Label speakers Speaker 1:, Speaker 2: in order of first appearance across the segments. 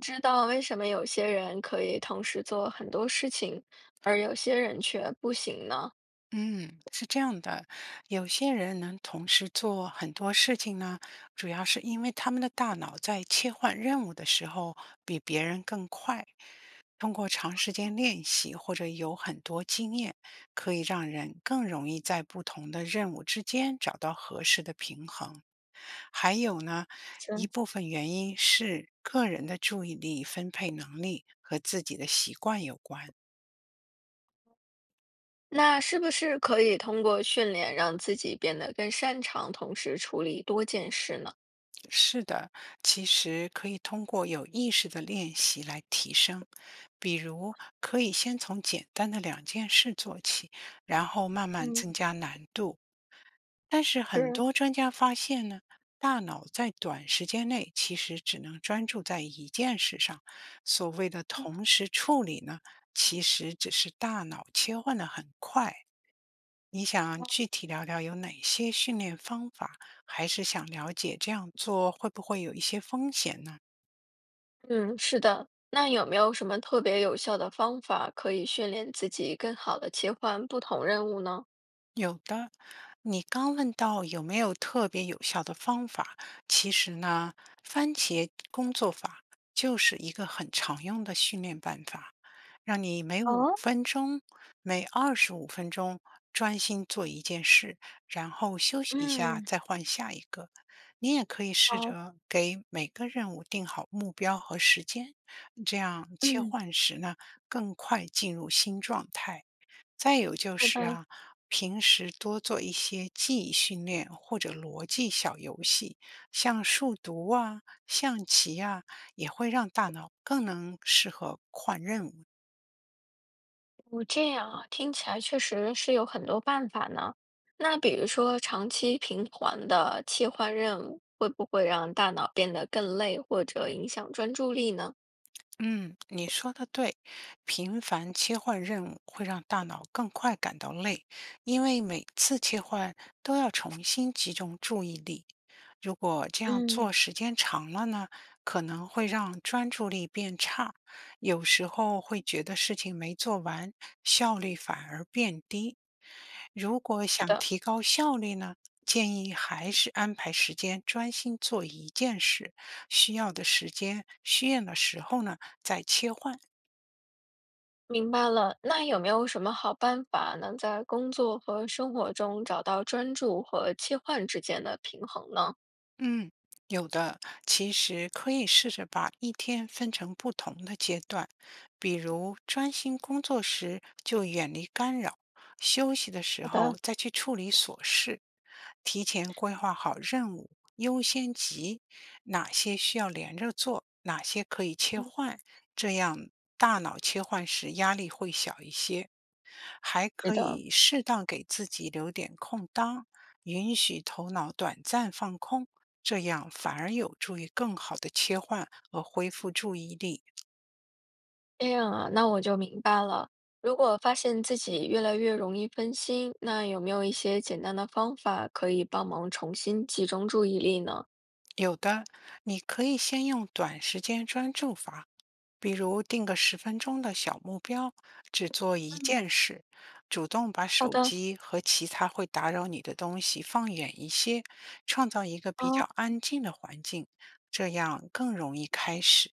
Speaker 1: 知道为什么有些人可以同时做很多事情，而有些人却不行呢？
Speaker 2: 嗯，是这样的，有些人能同时做很多事情呢，主要是因为他们的大脑在切换任务的时候比别人更快。通过长时间练习或者有很多经验，可以让人更容易在不同的任务之间找到合适的平衡。还有呢，一
Speaker 1: 是，
Speaker 2: 部分原因是个人的注意力分配能力和自己的习惯有关。
Speaker 1: 那是不是可以通过训练让自己变得更擅长同时处理多件事呢？
Speaker 2: 是的，其实可以通过有意识的练习来提升。比如，可以先从简单的两件事做起，然后慢慢增
Speaker 1: 嗯，
Speaker 2: 加难度。但是，很
Speaker 1: 是，
Speaker 2: 多专家发现呢，大脑在短时间内其实只能专注在一件事上。所谓的
Speaker 1: 嗯，
Speaker 2: 同时处理呢，其实只是大脑切换的很快。你想具体聊聊有哪些训练方法，还是想了解这样做会不会有一些风险呢？
Speaker 1: 嗯，是的。那有没有什么特别有效的方法可以训练自己更好的切换不同任务呢？
Speaker 2: 有的，你刚问到有没有特别有效的方法，其实呢，番茄工作法就是一个很常用的训练办法，让你每五
Speaker 1: 哦，
Speaker 2: 分钟、每25分钟专心做一件事，然后休息一下，
Speaker 1: 嗯，
Speaker 2: 再换下一个。你也可以试
Speaker 1: 好，
Speaker 2: 着给每个任务定好目标和时间，这样切
Speaker 1: 嗯，
Speaker 2: 换时呢，更快进入新状态。再有就
Speaker 1: 好
Speaker 2: 是
Speaker 1: 的。
Speaker 2: 啊，平时多做一些记忆训练或者逻辑小游戏，像数独啊、象棋啊，也会让大脑更能适合换任务。
Speaker 1: 哦，这样啊，听起来确实是有很多办法呢。那比如说，长期频繁的切换任务，会不会让大脑变得更累，或者影响专注力呢？
Speaker 2: 嗯，你说的对，频繁切换任务会让大脑更快感到累，因为每次切换都要重新集中注意力。如果这样做
Speaker 1: 嗯，
Speaker 2: 时间长了呢，可能会让专注力变差，有时候会觉得事情没做完，效率反而变低。如果
Speaker 1: 是
Speaker 2: 想
Speaker 1: 的，
Speaker 2: 提高效率呢，建议还是安排时间专心做一件事，需要的时间、需要的时候呢再切换。
Speaker 1: 明白了。那有没有什么好办法能在工作和生活中找到专注和切换之间的平衡呢？
Speaker 2: 嗯，有的，其实可以试着把一天分成不同的阶段，比如专心工作时就远离干扰，休息的时
Speaker 1: 好
Speaker 2: 候
Speaker 1: 的。
Speaker 2: 再去处理琐事，提前规划好任务优先级，哪些需要连着做，哪些可以切
Speaker 1: 嗯，
Speaker 2: 换，这样大脑切换时压力会小一些。还
Speaker 1: 是
Speaker 2: 可
Speaker 1: 的，
Speaker 2: 以适当给自己留点空档，允许头脑短暂放空，这样反而有助于更好的切换和恢复注意力。
Speaker 1: 这样啊，那我就明白了。如果发现自己越来越容易分心，那有没有一些简单的方法可以帮忙重新集中注意力呢？
Speaker 2: 有的，你可以先用短时间专注法比如定个十分钟的小目标，只做一
Speaker 1: 嗯，
Speaker 2: 件事，主动把
Speaker 1: 好
Speaker 2: 手
Speaker 1: 的，
Speaker 2: 机和其他会打扰你的东西放远一些，创造一个比
Speaker 1: 哦，
Speaker 2: 较安静的环境，这样更容易开始。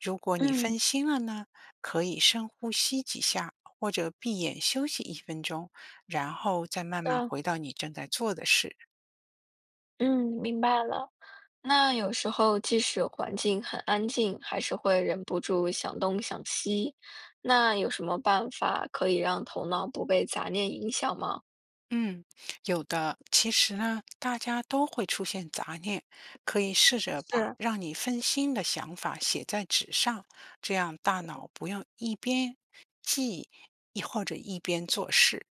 Speaker 2: 如果你
Speaker 1: 嗯，
Speaker 2: 分心了呢，可以深呼吸几下，或者闭眼休息一分钟，然后再
Speaker 1: 好
Speaker 2: 慢慢
Speaker 1: 的，
Speaker 2: 回到你正在做的事。
Speaker 1: 嗯，明白了。那有时候即使环境很安静，还是会忍不住想东想西。那有什么办法可以让头脑不被杂念影响吗？
Speaker 2: 嗯，有的。其实呢，大家都会出现杂念，可以试着把
Speaker 1: 是，
Speaker 2: 让你分心的想法写在纸上，这样大脑不用一边记忆或者一边做事。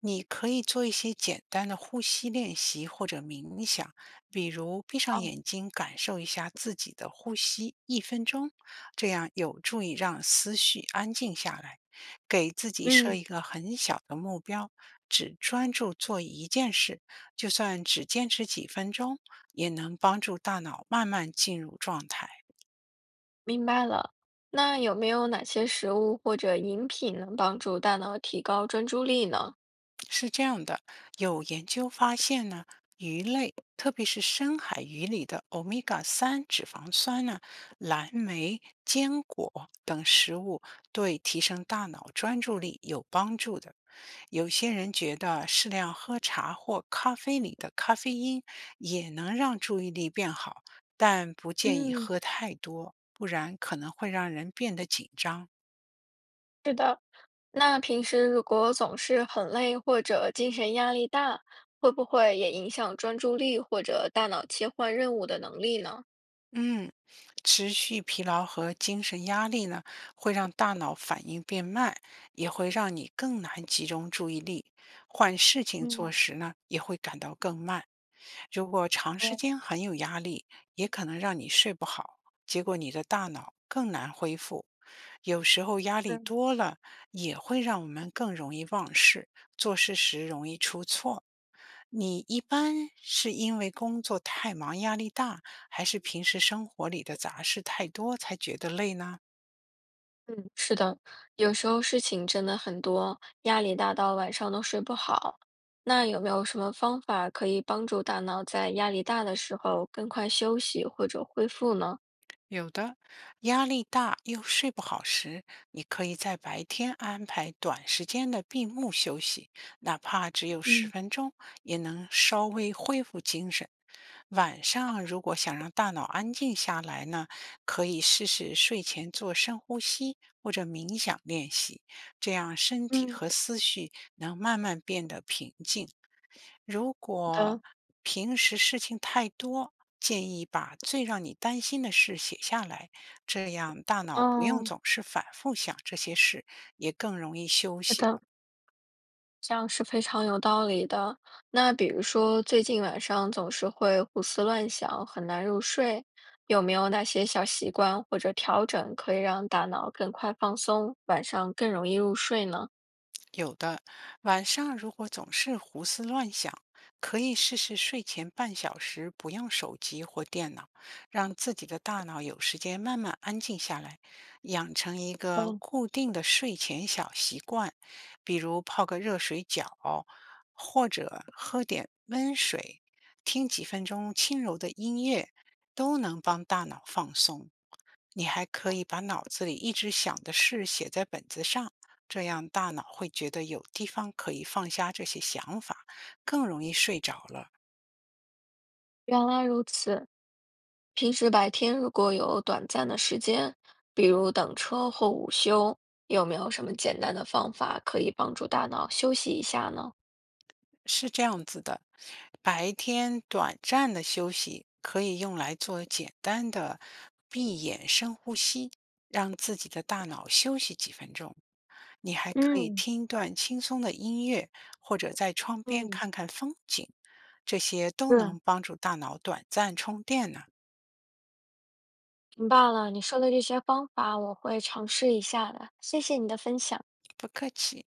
Speaker 2: 你可以做一些简单的呼吸练习或者冥想，比如闭上
Speaker 1: 哦，
Speaker 2: 眼睛感受一下自己的呼吸一分钟，这样有助于让思绪安静下来。给自己设
Speaker 1: 嗯。
Speaker 2: 一个很小的目标，只专注做一件事，就算只坚持几分钟，也能帮助大脑慢慢进入状态。
Speaker 1: 明白了。那有没有哪些食物或者饮品能帮助大脑提高专注力呢？
Speaker 2: 是这样的，有研究发现呢，鱼类，特别是深海鱼里的欧米伽三脂肪酸呢，蓝莓、坚果等食物对提升大脑专注力有帮助的。有些人觉得适量喝茶或咖啡里的咖啡因也能让注意力变好，但不建议
Speaker 1: 嗯，
Speaker 2: 喝太多，不然可能会让人变得紧张。
Speaker 1: 是的，那平时如果总是很累或者精神压力大，会不会也影响专注力或者大脑切换任务的能力呢？
Speaker 2: 嗯，持续疲劳和精神压力呢，会让大脑反应变慢，也会让你更难集中注意力，换事情做
Speaker 1: 嗯，
Speaker 2: 时呢，也会感到更慢。如果长时
Speaker 1: 对，
Speaker 2: 间很有压力，也可能让你睡不好，结果你的大脑更难恢复。有时候压力
Speaker 1: 是，
Speaker 2: 多了，也会让我们更容易忘事，做事时容易出错。你一般是因为工作太忙、压力大，还是平时生活里的杂事太多才觉得累呢？
Speaker 1: 嗯，是的，有时候事情真的很多，压力大到晚上都睡不好。那有没有什么方法可以帮助大脑在压力大的时候更快休息或者恢复呢？
Speaker 2: 有的，压力大又睡不好时，你可以在白天安排短时间的闭目休息，哪怕只有十
Speaker 1: 嗯。
Speaker 2: 分钟，也能稍微恢复精神。晚上如果想让大脑安静下来呢，可以试试睡前做深呼吸或者冥想练习，这样身体
Speaker 1: 嗯，
Speaker 2: 和思绪能慢慢变得平静。如
Speaker 1: 好
Speaker 2: 果
Speaker 1: 的，
Speaker 2: 平时事情太多，建议把最让你担心的事写下来，这样大脑不用
Speaker 1: 哦，
Speaker 2: 总是反复想这些事，也更容易休
Speaker 1: 是
Speaker 2: 息。
Speaker 1: 的，这样是非常有道理的。那比如说，最近晚上总是会胡思乱想，很难入睡，有没有哪些小习惯或者调整可以让大脑更快放松，晚上更容易入睡呢？
Speaker 2: 有的，晚上如果总是胡思乱想，可以试试睡前半小时不用手机或电脑，让自己的大脑有时间慢慢安静下来，养成一个
Speaker 1: 嗯，
Speaker 2: 固定的睡前小习惯，比如泡个热水脚，或者喝点温水，听几分钟轻柔的音乐，都能帮大脑放松。你还可以把脑子里一直想的事写在本子上，这样大脑会觉得有地方可以放下这些想法，更容易睡着了。
Speaker 1: 原来如此。平时白天如果有短暂的时间，比如等车或午休，有没有什么简单的方法可以帮助大脑休息一下呢？
Speaker 2: 是这样子的，白天短暂的休息可以用来做简单的闭眼深呼吸，让自己的大脑休息几分钟。你还可以
Speaker 1: 嗯
Speaker 2: 听一段轻松的音乐，或者在窗边
Speaker 1: 嗯，
Speaker 2: 看看风景，这些都
Speaker 1: 对。
Speaker 2: 能帮助大脑短暂充电呢。
Speaker 1: 明白了，你说的这些方法我会尝试一下的，谢谢你的分享。
Speaker 2: 不客气。